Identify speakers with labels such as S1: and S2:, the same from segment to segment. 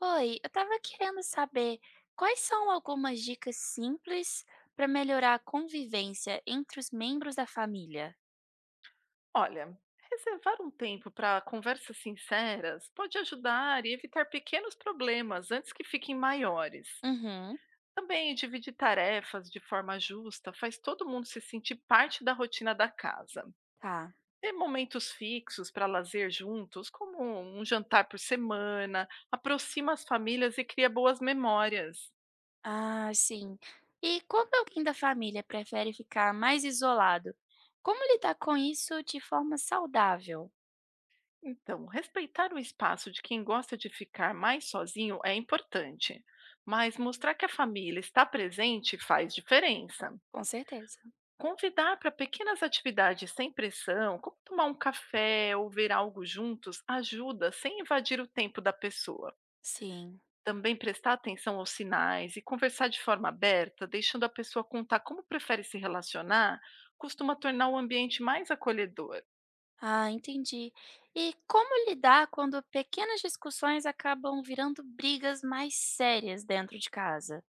S1: Oi, eu estava querendo saber quais são algumas dicas simples para melhorar a convivência entre os membros da família?
S2: Olha, reservar um tempo para conversas sinceras pode ajudar e evitar pequenos problemas antes que fiquem maiores.
S1: Uhum,
S2: Também dividir tarefas de forma justa faz todo mundo se sentir parte da rotina da casa.
S1: tá.
S2: Ter momentos fixos para lazer juntos, como um jantar por semana, aproxima as famílias e cria boas memórias.
S1: Ah, sim. E quando alguém da família prefere ficar mais isolado, como lidar com isso de forma saudável?
S2: Então, respeitar o espaço de quem gosta de ficar mais sozinho é importante, mas mostrar que a família está presente faz diferença.
S1: Com certeza.
S2: Convidar para pequenas atividades sem pressão, como tomar um café ou ver algo juntos, ajuda sem invadir o tempo da pessoa.
S1: Sim.
S2: Também prestar atenção aos sinais e conversar de forma aberta, deixando a pessoa contar como prefere se relacionar, costuma tornar o ambiente mais acolhedor.
S1: Ah, entendi. E como lidar quando pequenas discussões acabam virando brigas mais sérias dentro de casa?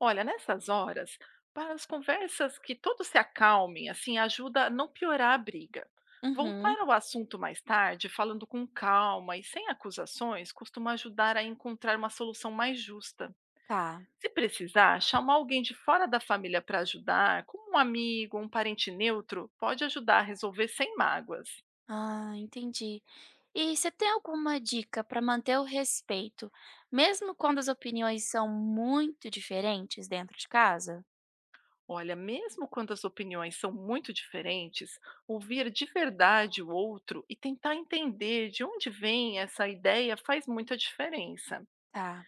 S2: Olha, nessas horas, para as conversas que todos se acalmem, assim, ajuda a não piorar a briga.
S1: Uhum,
S2: Voltar ao assunto mais tarde, falando com calma e sem acusações, costuma ajudar a encontrar uma solução mais justa.
S1: tá.
S2: Se precisar, chamar alguém de fora da família para ajudar, como um amigo, ou um parente neutro, pode ajudar a resolver sem mágoas.
S1: Ah, entendi. E você tem alguma dica para manter o respeito, mesmo quando as opiniões são muito diferentes dentro de casa?
S2: Olha, mesmo quando as opiniões são muito diferentes, ouvir de verdade o outro e tentar entender de onde vem essa ideia faz muita diferença.
S1: Tá,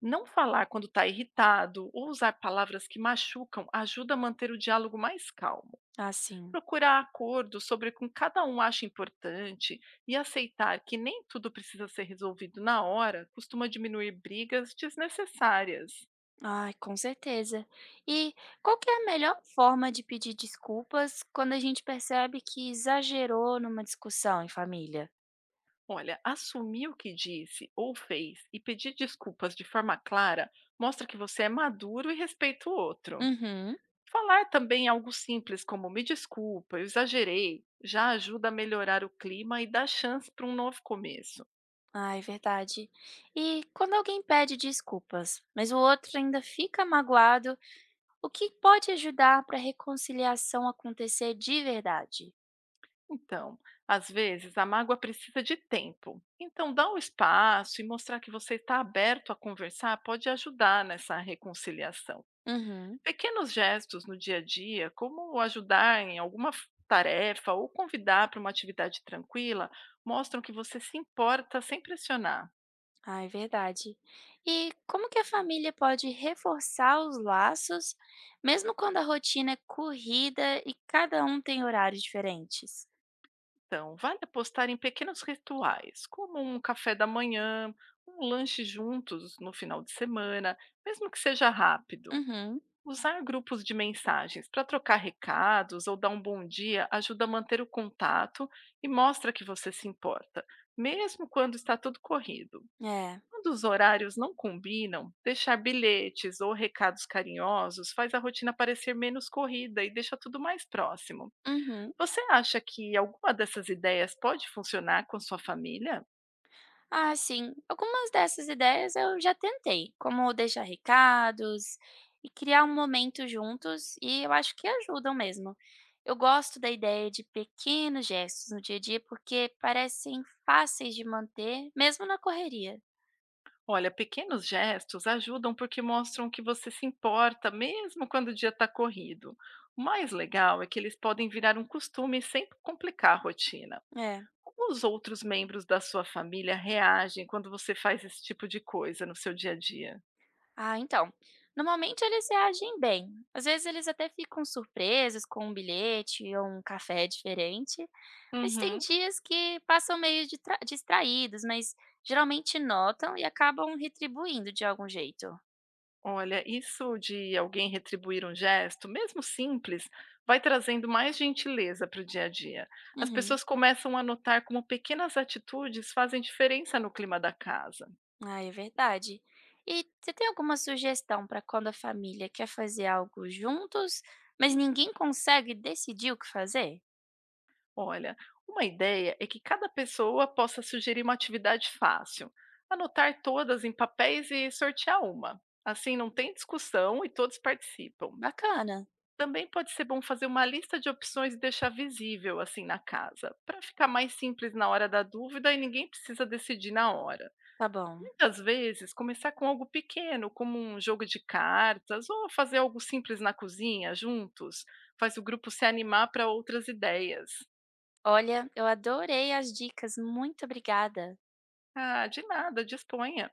S2: Não falar quando está irritado ou usar palavras que machucam ajuda a manter o diálogo mais calmo.
S1: assim.
S2: Procurar acordo sobre o que cada um acha importante e aceitar que nem tudo precisa ser resolvido na hora costuma diminuir brigas desnecessárias.
S1: Ai, com certeza. E qual que é a melhor forma de pedir desculpas quando a gente percebe que exagerou numa discussão em família?
S2: Olha, assumir o que disse ou fez e pedir desculpas de forma clara mostra que você é maduro e respeita o outro.
S1: Uhum.
S2: Falar também algo simples como me desculpa, eu exagerei, já ajuda a melhorar o clima e dá chance para um novo começo.
S1: Ah, é verdade. E quando alguém pede desculpas, mas o outro ainda fica magoado. O que pode ajudar para a reconciliação acontecer de verdade?
S2: Então, às vezes a mágoa precisa de tempo. Então, dar um espaço e mostrar que você está aberto a conversar pode ajudar nessa reconciliação.
S1: Uhum.
S2: Pequenos gestos no dia a dia, como ajudar em tarefa ou convidar para uma atividade tranquila, mostram que você se importa sem pressionar.
S1: Ah, é verdade. E como que a família pode reforçar os laços, mesmo quando a rotina é corrida e cada um tem horários diferentes?
S2: Então, vale apostar em pequenos rituais, como um café da manhã, um lanche juntos no final de semana, mesmo que seja rápido.
S1: Uhum.
S2: Usar grupos de mensagens para trocar recados ou dar um bom dia ajuda a manter o contato e mostra que você se importa, mesmo quando está tudo corrido.
S1: É.
S2: Quando os horários não combinam, deixar bilhetes ou recados carinhosos faz a rotina parecer menos corrida e deixa tudo mais próximo.
S1: Uhum.
S2: Você acha que alguma dessas ideias pode funcionar com sua família?
S1: Ah, sim. Algumas dessas ideias eu já tentei, como deixar recados e criar um momento juntos, e eu acho que ajudam mesmo. Eu gosto da ideia de pequenos gestos no dia a dia porque parecem fáceis de manter, mesmo na correria.
S2: Olha, pequenos gestos ajudam porque mostram que você se importa, mesmo quando o dia está corrido. O mais legal é que eles podem virar um costume sem complicar a rotina.
S1: É.
S2: Como os outros membros da sua família reagem quando você faz esse tipo de coisa no seu dia a dia?
S1: Ah, então. Normalmente eles reagem bem. Às vezes eles até ficam surpresos com um bilhete ou um café diferente. Mas tem
S2: Uhum.
S1: dias que passam meio ditra distraídos, mas geralmente notam e acabam retribuindo de algum jeito.
S2: Olha, isso de alguém retribuir um gesto, mesmo simples, vai trazendo mais gentileza para o dia a dia. As
S1: Uhum.
S2: pessoas começam a notar como pequenas atitudes fazem diferença no clima da casa.
S1: Ah, é verdade. E você tem alguma sugestão para quando a família quer fazer algo juntos, mas ninguém consegue decidir o que fazer?
S2: Olha, uma ideia é que cada pessoa possa sugerir uma atividade fácil, anotar todas em papéis e sortear uma. Assim não tem discussão e todos participam.
S1: Bacana.
S2: Também pode ser bom fazer uma lista de opções e deixar visível assim na casa, para ficar mais simples na hora da dúvida e ninguém precisa decidir na hora.
S1: Tá bom.
S2: Muitas vezes, começar com algo pequeno, como um jogo de cartas ou fazer algo simples na cozinha juntos, faz o grupo se animar para outras ideias.
S1: Olha, eu adorei as dicas. Muito obrigada.
S2: Ah, de nada, disponha.